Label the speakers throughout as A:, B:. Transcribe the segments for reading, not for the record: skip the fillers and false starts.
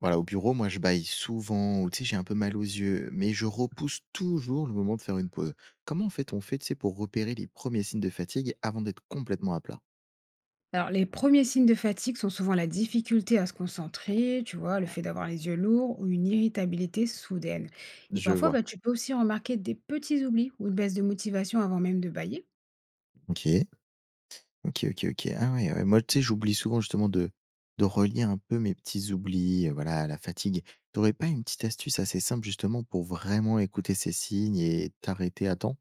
A: Voilà, au bureau, moi, je bâille souvent ou tu sais, j'ai un peu mal aux yeux, mais je repousse toujours le moment de faire une pause. Comment en fait on fait, tu sais, pour repérer les premiers signes de fatigue avant d'être complètement à plat?
B: Alors, les premiers signes de fatigue sont souvent la difficulté à se concentrer, tu vois, le fait d'avoir les yeux lourds ou une irritabilité soudaine. Et
A: Je
B: parfois,
A: vois.
B: bah, tu peux aussi remarquer des petits oublis ou une baisse de motivation avant même de bailler.
A: OK. OK, OK, OK. Ah ouais, ouais. Moi, tu sais, j'oublie souvent justement de relier un peu mes petits oublis, voilà, à la fatigue. T'aurais pas une petite astuce assez simple justement pour vraiment écouter ces signes et t'arrêter à temps?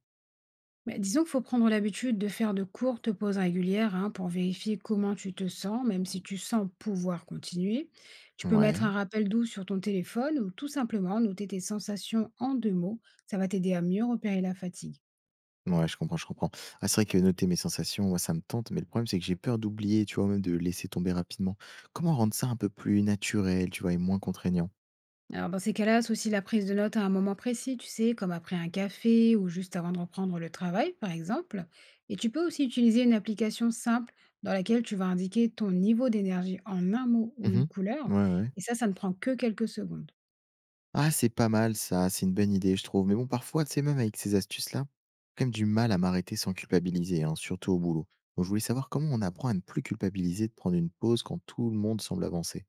B: Mais disons qu'il faut prendre l'habitude de faire de courtes pauses régulières hein, pour vérifier comment tu te sens, même si tu sens pouvoir continuer. Tu peux mettre
A: Ouais.
B: un rappel doux sur ton téléphone ou tout simplement noter tes sensations en 2 mots. Ça va t'aider à mieux repérer la fatigue.
A: Ouais, je comprends, je comprends. Ah, c'est vrai que noter mes sensations, moi, ça me tente, mais le problème, c'est que j'ai peur d'oublier, tu vois? Ou même de laisser tomber rapidement. Comment rendre ça un peu plus naturel, tu vois? Et moins contraignant?
B: Alors dans ces cas-là, associe la prise de notes à un moment précis, tu sais, comme après un café ou juste avant de reprendre le travail, par exemple. Et tu peux aussi utiliser une application simple dans laquelle tu vas indiquer ton niveau d'énergie en un mot ou une
A: Mmh.
B: couleur.
A: Ouais, ouais.
B: Et ça ne prend que quelques secondes.
A: Ah, c'est pas mal ça, c'est une bonne idée, je trouve. Mais bon, parfois, tu sais, même avec ces astuces-là, j'ai quand même du mal à m'arrêter sans culpabiliser, hein, surtout au boulot. Donc je voulais savoir comment on apprend à ne plus culpabiliser de prendre une pause quand tout le monde semble avancer?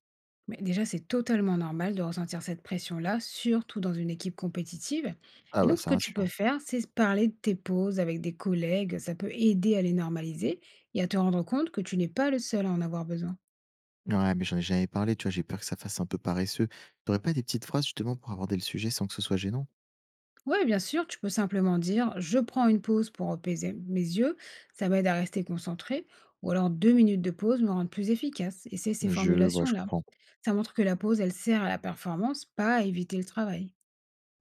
B: Mais déjà, c'est totalement normal de ressentir cette pression-là, surtout dans une équipe compétitive.
A: Ah
B: Et
A: bah,
B: donc, ce
A: ça
B: que tu peux
A: rassure.
B: faire, c'est parler de tes pauses avec des collègues. Ça peut aider à les normaliser et à te rendre compte que tu n'es pas le seul à en avoir besoin.
A: Ouais, mais j'en ai jamais parlé, tu vois? J'ai peur que ça fasse un peu paresseux. Tu aurais pas des petites phrases, justement, pour aborder le sujet sans que ce soit gênant?
B: Ouais, bien sûr, tu peux simplement dire je prends une pause pour apaiser mes yeux, ça m'aide à rester concentré, ou alors 2 minutes de pause me rendent plus efficace. Et c'est ces
A: Je vois, je
B: formulations-là.
A: comprends.
B: Ça montre que la pause, elle sert à la performance, pas à éviter le travail.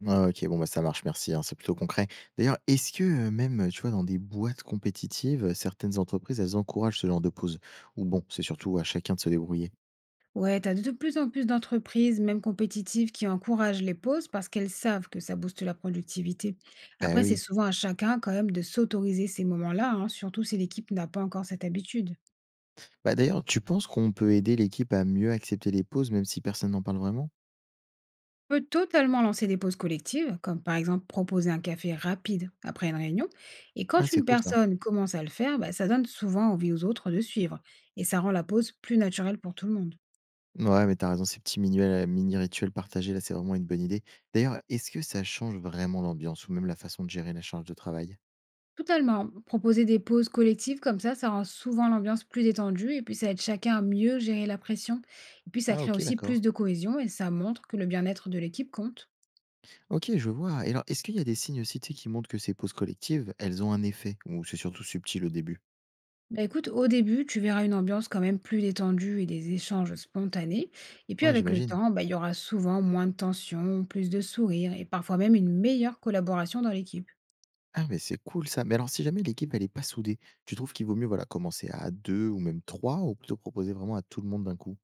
A: Ah, OK, bon, bah, ça marche, merci, hein, c'est plutôt concret. D'ailleurs, est-ce que, même, tu vois, dans des boîtes compétitives, certaines entreprises, elles encouragent ce genre de pause? Ou bon, c'est surtout à chacun de se débrouiller?
B: Ouais, t'as de plus en plus d'entreprises, même compétitives, qui encouragent les pauses parce qu'elles savent que ça booste la productivité.
A: Bah,
B: Après, c'est
A: oui.
B: souvent à chacun quand même de s'autoriser ces moments-là, hein, surtout si l'équipe n'a pas encore cette habitude.
A: Bah, d'ailleurs, tu penses qu'on peut aider l'équipe à mieux accepter les pauses, même si personne n'en parle vraiment?
B: Peut totalement lancer des pauses collectives, comme par exemple proposer un café rapide après une réunion. Et
A: Ah,
B: quand
A: c'est
B: une
A: cool ça.
B: personne commence à le faire, bah, ça donne souvent envie aux autres de suivre. Et ça rend la pause plus naturelle pour tout le monde.
A: Ouais, mais t'as raison, ces petits minuels mini rituels partagés, là, c'est vraiment une bonne idée. D'ailleurs, est-ce que ça change vraiment l'ambiance ou même la façon de gérer la charge de travail?
B: Totalement. Proposer des pauses collectives comme ça rend souvent l'ambiance plus détendue et puis ça aide chacun à mieux gérer la pression. Et puis ça
A: Ah,
B: crée
A: OK,
B: aussi plus
A: d'accord.
B: de cohésion et ça montre que le bien-être de l'équipe compte.
A: OK, je vois. Et alors, est-ce qu'il y a des signes aussi, tu sais, qui montrent que ces pauses collectives, elles ont un effet? Ou c'est surtout subtil au début?
B: Bah, écoute, au début, tu verras une ambiance quand même plus détendue et des échanges spontanés. Et puis
A: Ouais,
B: avec le
A: j'imagine.
B: temps, bah, il y aura souvent moins de tension, plus de sourires et parfois même une meilleure collaboration dans l'équipe.
A: Ah, mais c'est cool ça. Mais alors, si jamais l'équipe, elle est pas soudée, tu trouves qu'il vaut mieux, voilà, commencer à deux ou même trois, ou plutôt proposer vraiment à tout le monde d'un coup?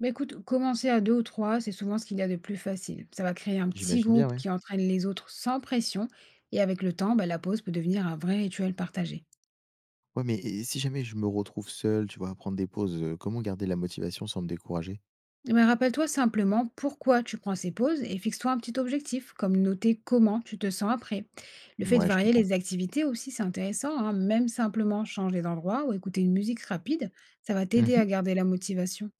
B: Bah, écoute, commencer à 2 ou 3, c'est souvent ce qu'il y a de plus facile. Ça va créer un petit
A: J'imagine bien,
B: groupe
A: ouais.
B: qui entraîne les autres sans pression. Et avec le temps, bah, la pause peut devenir un vrai rituel partagé.
A: Ouais, mais et si jamais je me retrouve seul, tu vois, à prendre des pauses, comment garder la motivation sans me décourager?
B: Eh ben, rappelle-toi simplement pourquoi tu prends ces pauses et fixe-toi un petit objectif, comme noter comment tu te sens après. Le fait de
A: Ouais, je
B: varier
A: comprends.
B: les activités aussi, c'est intéressant, hein, même simplement changer d'endroit ou écouter une musique rapide, ça va t'aider
A: Mhm.
B: à garder la motivation.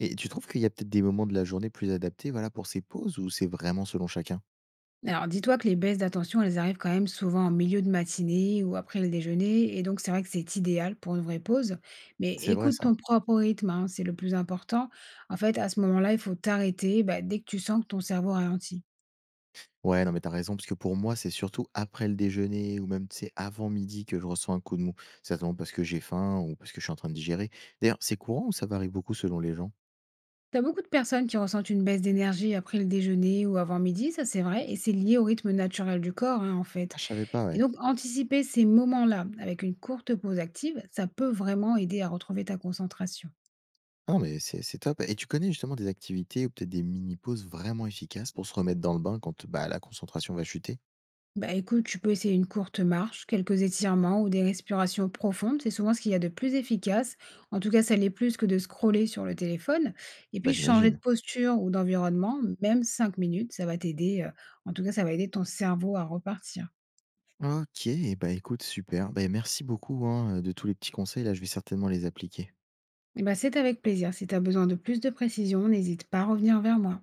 A: Et tu trouves qu'il y a peut-être des moments de la journée plus adaptés, voilà, pour ces pauses, ou c'est vraiment selon chacun?
B: Alors dis-toi que les baisses d'attention, elles arrivent quand même souvent en milieu de matinée ou après le déjeuner, et donc c'est vrai que c'est idéal pour une vraie pause, mais
A: C'est vrai
B: écoute
A: ça.
B: ton propre rythme, hein, c'est le plus important. En fait, à ce moment-là, il faut t'arrêter bah, dès que tu sens que ton cerveau ralentit.
A: Ouais, non, mais t'as raison, parce que pour moi, c'est surtout après le déjeuner ou même, tu sais, avant midi que je ressens un coup de mou. Certainement parce que j'ai faim ou parce que je suis en train de digérer. D'ailleurs, c'est courant ou ça varie beaucoup selon les gens?
B: T'as beaucoup de personnes qui ressentent une baisse d'énergie après le déjeuner ou avant midi, ça c'est vrai, et c'est lié au rythme naturel du corps hein, en
A: Ah,
B: fait.
A: je savais pas,
B: Et
A: ouais.
B: donc anticiper ces moments-là avec une courte pause active, ça peut vraiment aider à retrouver ta concentration.
A: Ah, non, mais c'est top. Et tu connais justement des activités ou peut-être des mini-pauses vraiment efficaces pour se remettre dans le bain quand bah, la concentration va chuter?
B: Bah écoute, tu peux essayer une courte marche, quelques étirements ou des respirations profondes, c'est souvent ce qu'il y a de plus efficace. En tout cas, ça l'est plus que de scroller sur le téléphone. Et
A: Bah,
B: puis changer de
A: j'imagine.
B: posture ou d'environnement, même 5 minutes, ça va t'aider, en tout cas ça va aider ton cerveau à repartir.
A: OK, bah écoute, super. Bah, merci beaucoup hein, de tous les petits conseils. Là, je vais certainement les appliquer.
B: Eh ben, c'est avec plaisir. Si tu as besoin de plus de précision, n'hésite pas à revenir vers moi.